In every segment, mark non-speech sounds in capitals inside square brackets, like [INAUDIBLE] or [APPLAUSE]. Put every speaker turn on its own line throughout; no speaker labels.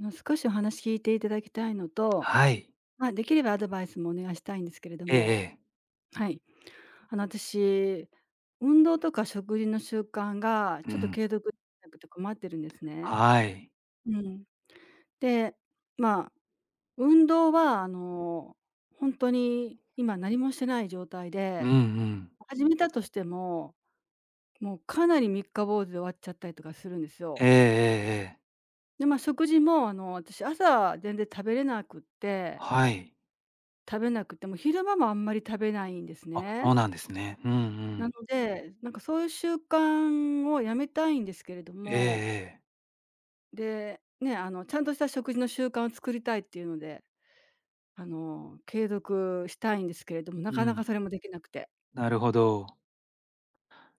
の、少しお話聞いていただきたいのと、
はい。
まあ、できればアドバイスもお願いしたいんですけれど
えええ
も、
え。
はい。あの、私、運動とか食事の習慣が
う
ちょっと
ん。
継続できなくて困ってるんですね。
はい。
うん。で、まあ、運動は、あの、本当に今何もしてない状態
うん
で、
うん。
始めたとしても、もうかなり三日坊主で終わっちゃったりとかするんです
ええ
よ。
ええええ。
で、まあ、食事も、あの、私朝全然食べれなくって
はい。
食べなくても、昼間もあんまり食べないんです
あ、そ
ね。
うなんですね。うんう
なの
ん。
で、なんかそういう習慣をやめたいんですけれど
ええ
も、
ええ。
で、ね、あの、ちゃんとした食事の習慣を作りたいっていうので、あの、継続したいんですけれども、な
う
かな
ん。
かそれもできなくて。
なるほど。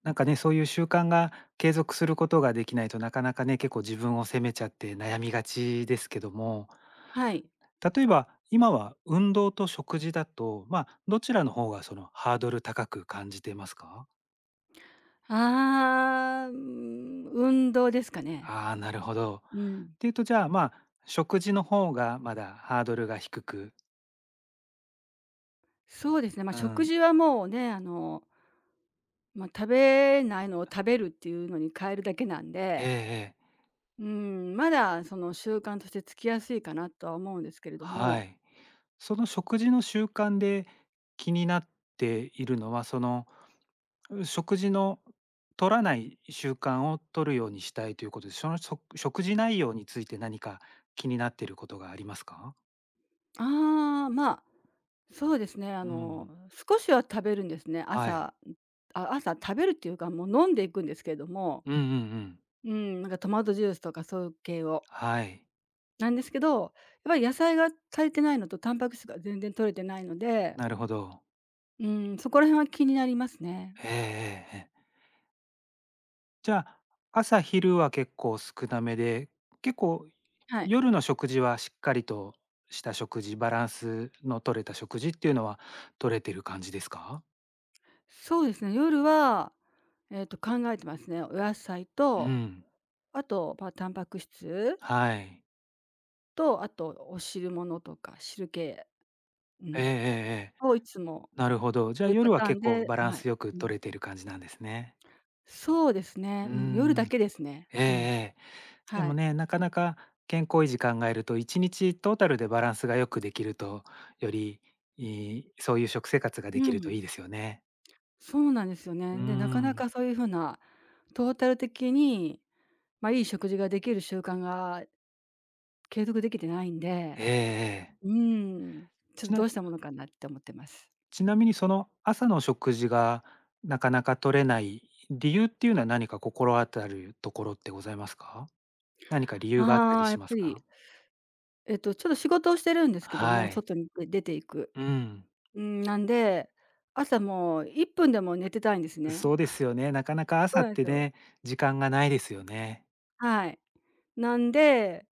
なんかね、そういう習慣が継続することができないと、なかなかね、結構自分を責めちゃって悩みがちですけども、
はい。
例えば、今は運動と食事だと、まあ、どちらの方がそのハードル高く感じてますか？
ああ、うーん、運動ですかね。
ああー、なるほど。っ
うん。
ていうと、じゃあ、まあ、食事の方がまだハードルが低く。
そうですね、まあ、
う
食
ん。
事はもうね、あの、まあ、食べないのを食べるっていうのに変えるだけなん
ええ
で、
ええ。
うん、まだその習慣としてつきやすいかなとは思うんですけれど
は
も、
い。その食事の習慣で気になっているのは、その、食事の取らない習慣を取るようにしたいということで、その、食事内容について何か気になっていることがありますか？
ああ、まあ、そうですね、あ
う
の、
ん。
少しは食べるんですね。
はい。
朝、あ、朝食べるっていうか、もう飲んでいくんですけれども、
うんうんうん。
うん、なんかトマトジュースとかそういう系を。
はい。
なんですけど、やっぱり野菜が足りてないのとタンパク質が全然取れてないので、
なるほど。
うん、そこら辺は気になりますね。
ええええええ。じゃあ、朝昼は結構少なめで、結構
はい。
夜の食事はしっかりとした食事、バランスの取れた食事っていうのは取れてる感じですか？
そうですね、夜は、えっと、考えてますね。お野菜
う
と、
ん、
あと、まあ、タンパク質
はい。
と、あとお汁物とか汁系、う
ええええ
ん、
ええ。
をいつも
なるほど。じゃあ
そういうパ
夜は
ター
結
ン
構
で、
バラン
はい、
スよく
う
取
ん。
れてる感じなんですね。
そうですね、
うー
うん、夜だ
ん。
けですね。
ええ
うん、
ええ。で
は
も
い。
ね、なかなか健康維持考えると1日トータルでバランスがよくできると、より、いいそういう食生活がで
う
きるとい
ん、
いですよね。
そうなんですよ
う
ね。
ー
で、なかな
ん。
かそういう風なトータル的に、ま、いい食事ができる習慣が継続できてないん
え
で、
えええ。
うーん、ちょっ
ち
とど
な
うしたものかなって思ってます。
ちなみにその朝の食事がなかなか取れない理由っていうのは何か心当たるところってございますか？何か理由があった
あ
り
あ、やっ
しま
ぱ
すか？
り、えっと、ちょっと仕事をしてるんですけども、
はい。
外に出ていく、
うん。
うん、なんで、朝もう1分でも寝てたいんですね。
そうですよね。なかなか
そ
朝
うな
っ
んで
て
すよ。
ね、時間がないですよね。
はい。なんで、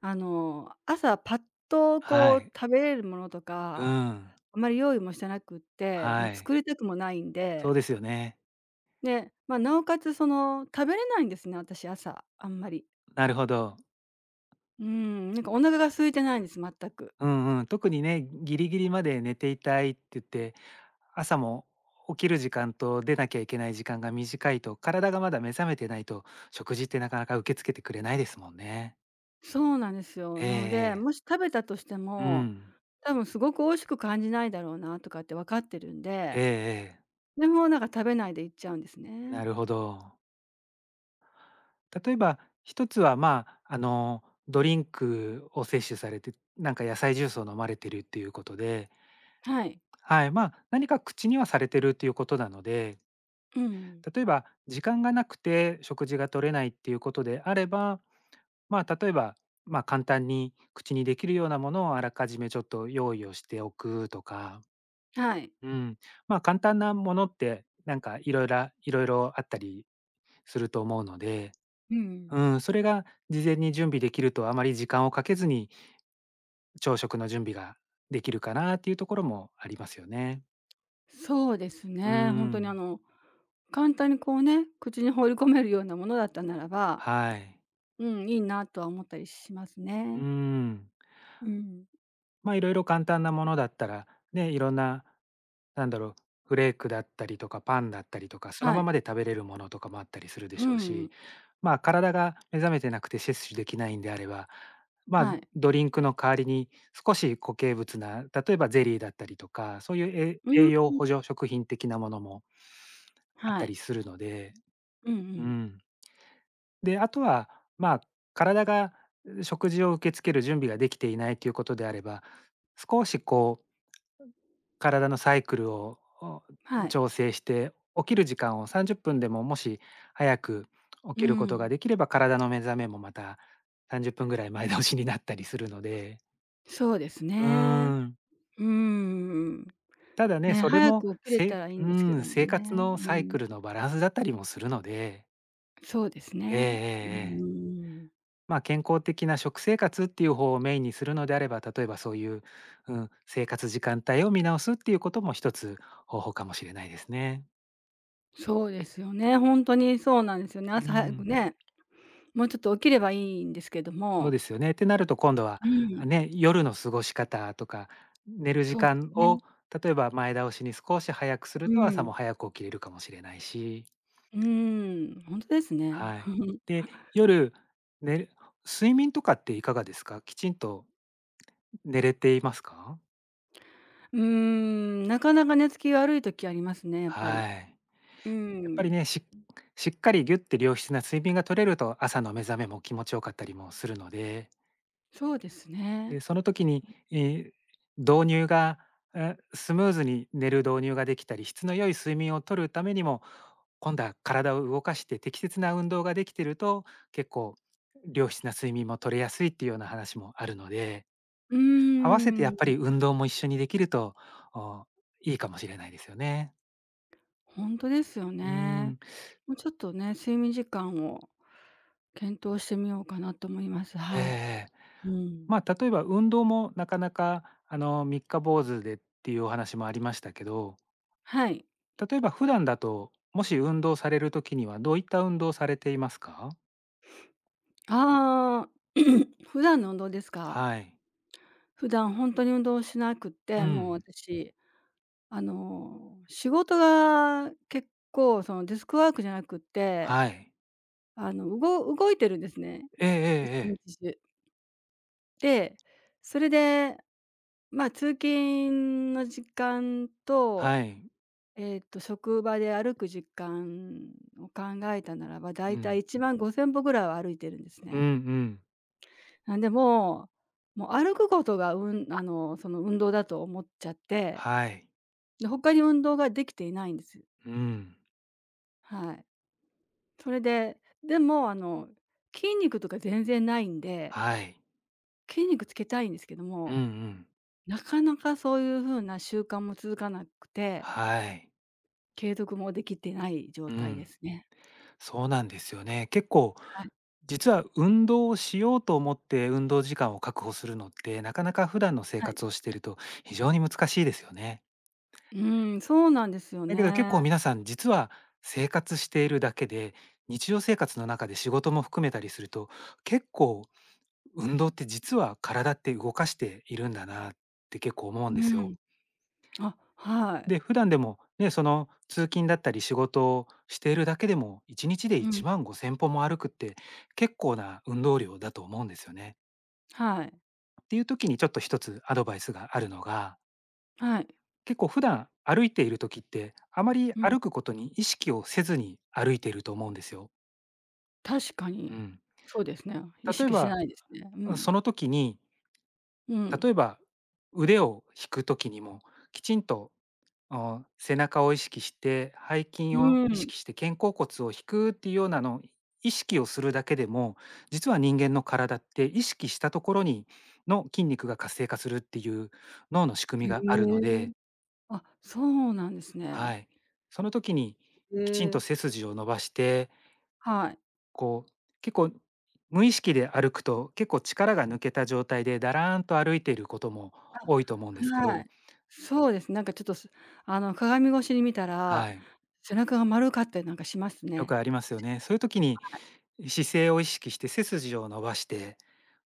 あの、朝パッと
は
こう
い。
食べれるものと
う
か、
ん。
あまり用意もしてなくって、も
は
う
い。
作りたくもないん
そ
で、
うですよね。
で、まあ、なおかつその、食べれないんですね、私、朝、あんまり。
なるほど。
うん、なんかお腹が空いてないんです、全く。
うんうん、特にね、ギリギリまで寝ていたいって言って、朝も起きる時間と出なきゃいけない時間が短いと、体がまだ目覚めてないと、食事ってなかなか受け付けてくれないですもんね。
そうなんですよ。
ええ
なので、
ええ。
もし食べたとして
う
も、
ん。
多分すごく美味しく感じないだろうなとかって分かってるん
え
で、
えええ。
でも、なんか食べないで行っちゃうんです
な
ね。
るほど。例えば、一つは、まあ、あの、ドリンクを摂取されて、なんか野菜ジュースを飲まれてるっていうことで、
はい。
はい、まあ、何か口にはされてるっていうことなので、
うん。
例えば時間がなくて食事が取れないっていうことであれば、まあ、例えば、まあ、簡単に口にできるようなものをあらかじめちょっと用意をしておくとか、
はい。
うん、まあ簡単なものってなんかいろいろあったりすると思うので、
う
う
ん。
ん、それが事前に準備できるとあまり時間をかけずに朝食の準備ができるかなっていうところもありますよね。
そうです
う
ね。本当にあ
ん、
の、簡単にこうね、口に放り込めるようなものだったならば、
はい。
うん、いいなとは思ったりします
う
ね。
ん。
うん。
まあ、いろいろ簡単なものだったら、ね、いろんな、なんだろう、フレークだったりとか、パンだったりとか、その
は
ま
い。
まで食べれるものとかもあったりするで
う
しょう
ん。
し、まあ、体が目覚めてなくて摂取できないんであれば、まあ、
はい。
ドリンクの代わりに少し固形物な、例えばゼリーだったりとか、そういう
う
栄
ん。
栄養補助食品的なものもあっ
は
た
い。
りするので、
うんう
う
ん。
ん。で、あとは、まあ、体が食事を受け付ける準備ができていないということであれば、少しこう体のサイクルを、
はい。
調整して、起きる時間を30分でももし早く起
う
きることが
ん。
できれば、体の目覚めもまた30分ぐらい前倒しになったりするので。
そうです
う
ね。
ーん。
うん。
ただね、
ね、
それ
早
も、
く起きれ
せ
たらいい
うー
んですけ
ん、
ども
生活
ね。
の
う
サイ
ん。
クルのバランスだったりもするので。
そうです
ええええ
ね。う
ええ。
ん。
まあ、健康的な食生活っていう方をメインにするのであれば、例えばそういう、うん、生活時間帯を見直すっていうことも一つ方法かもしれないですね。
そうですよね。本当にそうなんですよね。
う
朝早
ん。
くね、もうちょっと起きればいいんですけど
そう
も、
ですよね。ってなると今度は、
う
あ、
ん、
ね、夜の過ごし方とか、寝る時
そうです
間を
ね。
例えば前倒しに少し早くす
う
ると朝
ん。
も早く起きれるかもしれないし、
うーん、本当ですね。
はい。
[LAUGHS]
で、夜、寝る睡眠とかっていかがですか？きちんと寝れていますか？
うーん、なかなか寝つき悪い時ありますね、やっぱり。
はい。
うー
やっぱり
ん、
ね、しっかりぎゅって良質な睡眠が取れると、朝の目覚めも気持ちよかったりもするので、
そうですね。
で、その時に、え、導入が、え、スムーズに寝る導入ができたり、質の良い睡眠をとるためにも、今度は体を動かして適切な運動ができてると、結構良質な睡眠も取れやすいっていうような話もあるので、
う
合わせて
ー
やっぱ
ん、
り運動も一緒にできると、お、いいかもしれないですよね。
本当ですよ
う
ね。
ん。
もうちょっとね、睡眠時間を検討してみようかなと思います。
え
はい。
え。
うん。
まあ、例えば運動もなかなか、あの、三日坊主でっていうお話もありましたけど、
はい。
例えば普段だと、もし運動される時にはどういった運動をされていますか？
ああ、[COUGHS] [CLEARS THROAT] 普段の運動ですか？
はい。
普段本当に運動しなくっ
う
て、もう
ん。
私、あの、仕事が結構そのデスクワークじゃなくって、
はい。
あの、動いてるんですね、
えええ
一
えええ。
日中。で、それで、まあ、通勤の時間と、
はい。
えっと、職場で歩く時間を考えたならば、だ
う
いた
ん。
い150歩ぐらいは歩いてるんです
うん
ね。
うん。
なんで、もう歩くことが、うん、あの、その運動だと思っちゃって、
はい。
で、他に運動ができていないんです。
うん。
はい。それで、でもあの、筋肉とか全然ないんで、
はい。
筋肉つけたいんですけど
うんう
も、
ん。
なかなかそういう風な習慣も続かなくて、
はい。
継続もできてない状
う
態で
ん。
すね。
そうなんですよね。結構、
はい、
実は運動をしようと思って運動時間を確保するのって、なかなか普段の生
はい。
活をしてると非常に難しいですよね。
うーん、そうなんですよ
だけど結
ね。
構皆さん実は生活しているだけで、日常生活の中で仕事も含めたりすると、結構運動って実は体って動かしているんだなって結構思うんで
う
すよ。
ん。あ、はい。
で、普段でもね、その通勤だったり仕事をしているだけでも1日で
うん、
1500歩も歩くって結構な運動量だと思うんですよね。
はい。
っていう時にちょっと一つアドバイスがあるのが、
はい。
結構普段歩いている時ってあまり
うん、
歩くことに意識をせずに歩いていると思うんですよ。
確か
う
に。
ん。
そうですね。意
例え
識して
ば、
ないですね。う
うん、そ
ん。
の時に、
うん。
例えば腕を引く時にも、きちんと、背中を意識して、背
う
筋を
ー
意
ん。
識して肩甲骨を引くっていうようなのを意識をするだけでも、実は人間の体って意識したところにの筋肉が活性化するっていう脳の仕組み
へ
があるの
え。
で、
あ、そうなんです
は
ね。
い。その時に
へ
きちん
え。
と背筋を伸ばして
はい。
こう、結構無意識で歩くと、結構力が抜けた状態でだらーんと歩いていることも多いと思うんですけ
あ、はい。
ど、
そうです。なんかちょっと、あの、鏡越しに見たら、
はい、
背中が丸かったりなんかします
よく
ね。
ありますよ
確
ね。
か
そういう時に姿勢を意識して背筋を伸ばして、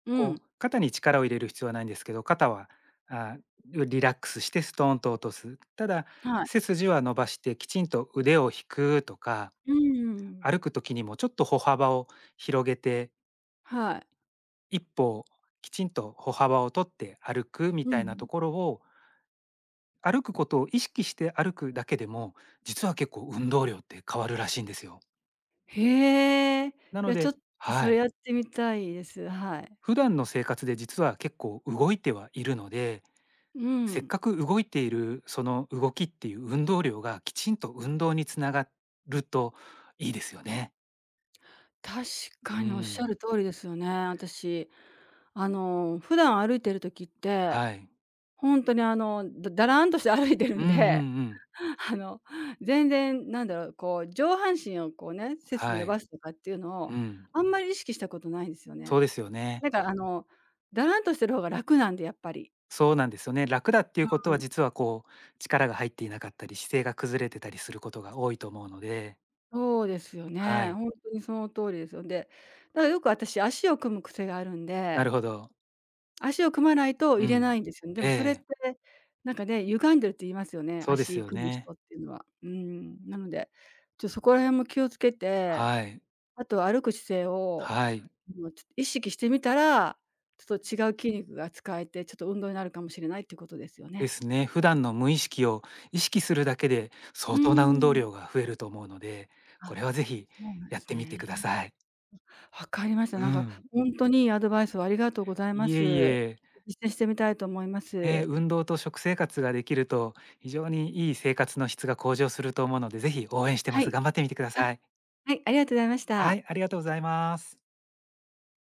に。う
こ
ん。
う肩に力を入れる必要はないんですけど、肩は、あ、リラックスしてストーンと落とす。ただ、
は
背
い。
筋は伸ばしてきちんと腕を引くとか、
うん、
歩く時にもちょっと歩幅を広げて、
はい。
一歩きちんと歩幅を取って歩くみ
うん
た
う
いなと
ん。
ころを歩くことを意識して歩くだけでも、実は結構運動量って変わるらしいんですよ。
へえ。い
なの
や、ち
で
ょっとそ
は
れ
い、
やってみたいです。はい。
普段の生活で実は結構動いてはいるので、
う
せっ
ん。
かく動いているその動きっていう運動量がきちんと運動につながるといいですよね。
確
う
かにおっしゃ
ん、
る通りですよね、私。あの、普段歩いてる時って、
はい。
ほんとにあの、だらんとして歩いてる
うん
ん
うん
で、
うん。
[LAUGHS] あの、全然なんだろう、こう上半身をこうね、背筋
は
伸
い。
ばすとかっていうの
う
を、
ん。
あんまり意識したことないんですよね。
そうですよね。
なんかあの、だらんとしてる方が楽なんで、やっぱり。
そうなんですよね。楽だっていうことは実はこう、力が入っていなかったり、姿勢が崩れてたりすることが多いと思うので、
そうですよ
は
ね。
い。
ほんとにその通りですよ。で、だからよく私、足を組む癖があるん
な
で、
るほど。
足を組まないと
う
入れな
ん。
いんですよね。で
え
もそれって、
え、
なんかね、歪んでるって言いますよね、
そうです
足
よ
組む人
ね。
っていうのは。うん、なので、そこら辺も気をつけて、
はい。
あと歩く姿勢を、
はい。
もうちょっと意識してみたら、ちょっと違う筋肉が使えて、ちょっと運動になるかもしれないっていうことですよ
で
ね。
すね。普段の無意識を意識するだけで、
うー
相当な運動
ん。
量が増えると思うので、こ
あ、
れはぜひ
そうなんで
やっ
す
てみてくだ
ね。
さい。
わかりました。
う
なんか
ん。
ほんとにいいアドバイスをありがとうございま
いえい
す。
え。
実践してみたいと思いま
ね、
す。
運動と食生活ができると、非常にいい生活の質が向上すると思うので、ぜひ応援してま
は
す。
い。
頑張ってみてくだ
あ、
さい。
はい、ありがとうございまし
は
た。
い、ありがとうございます。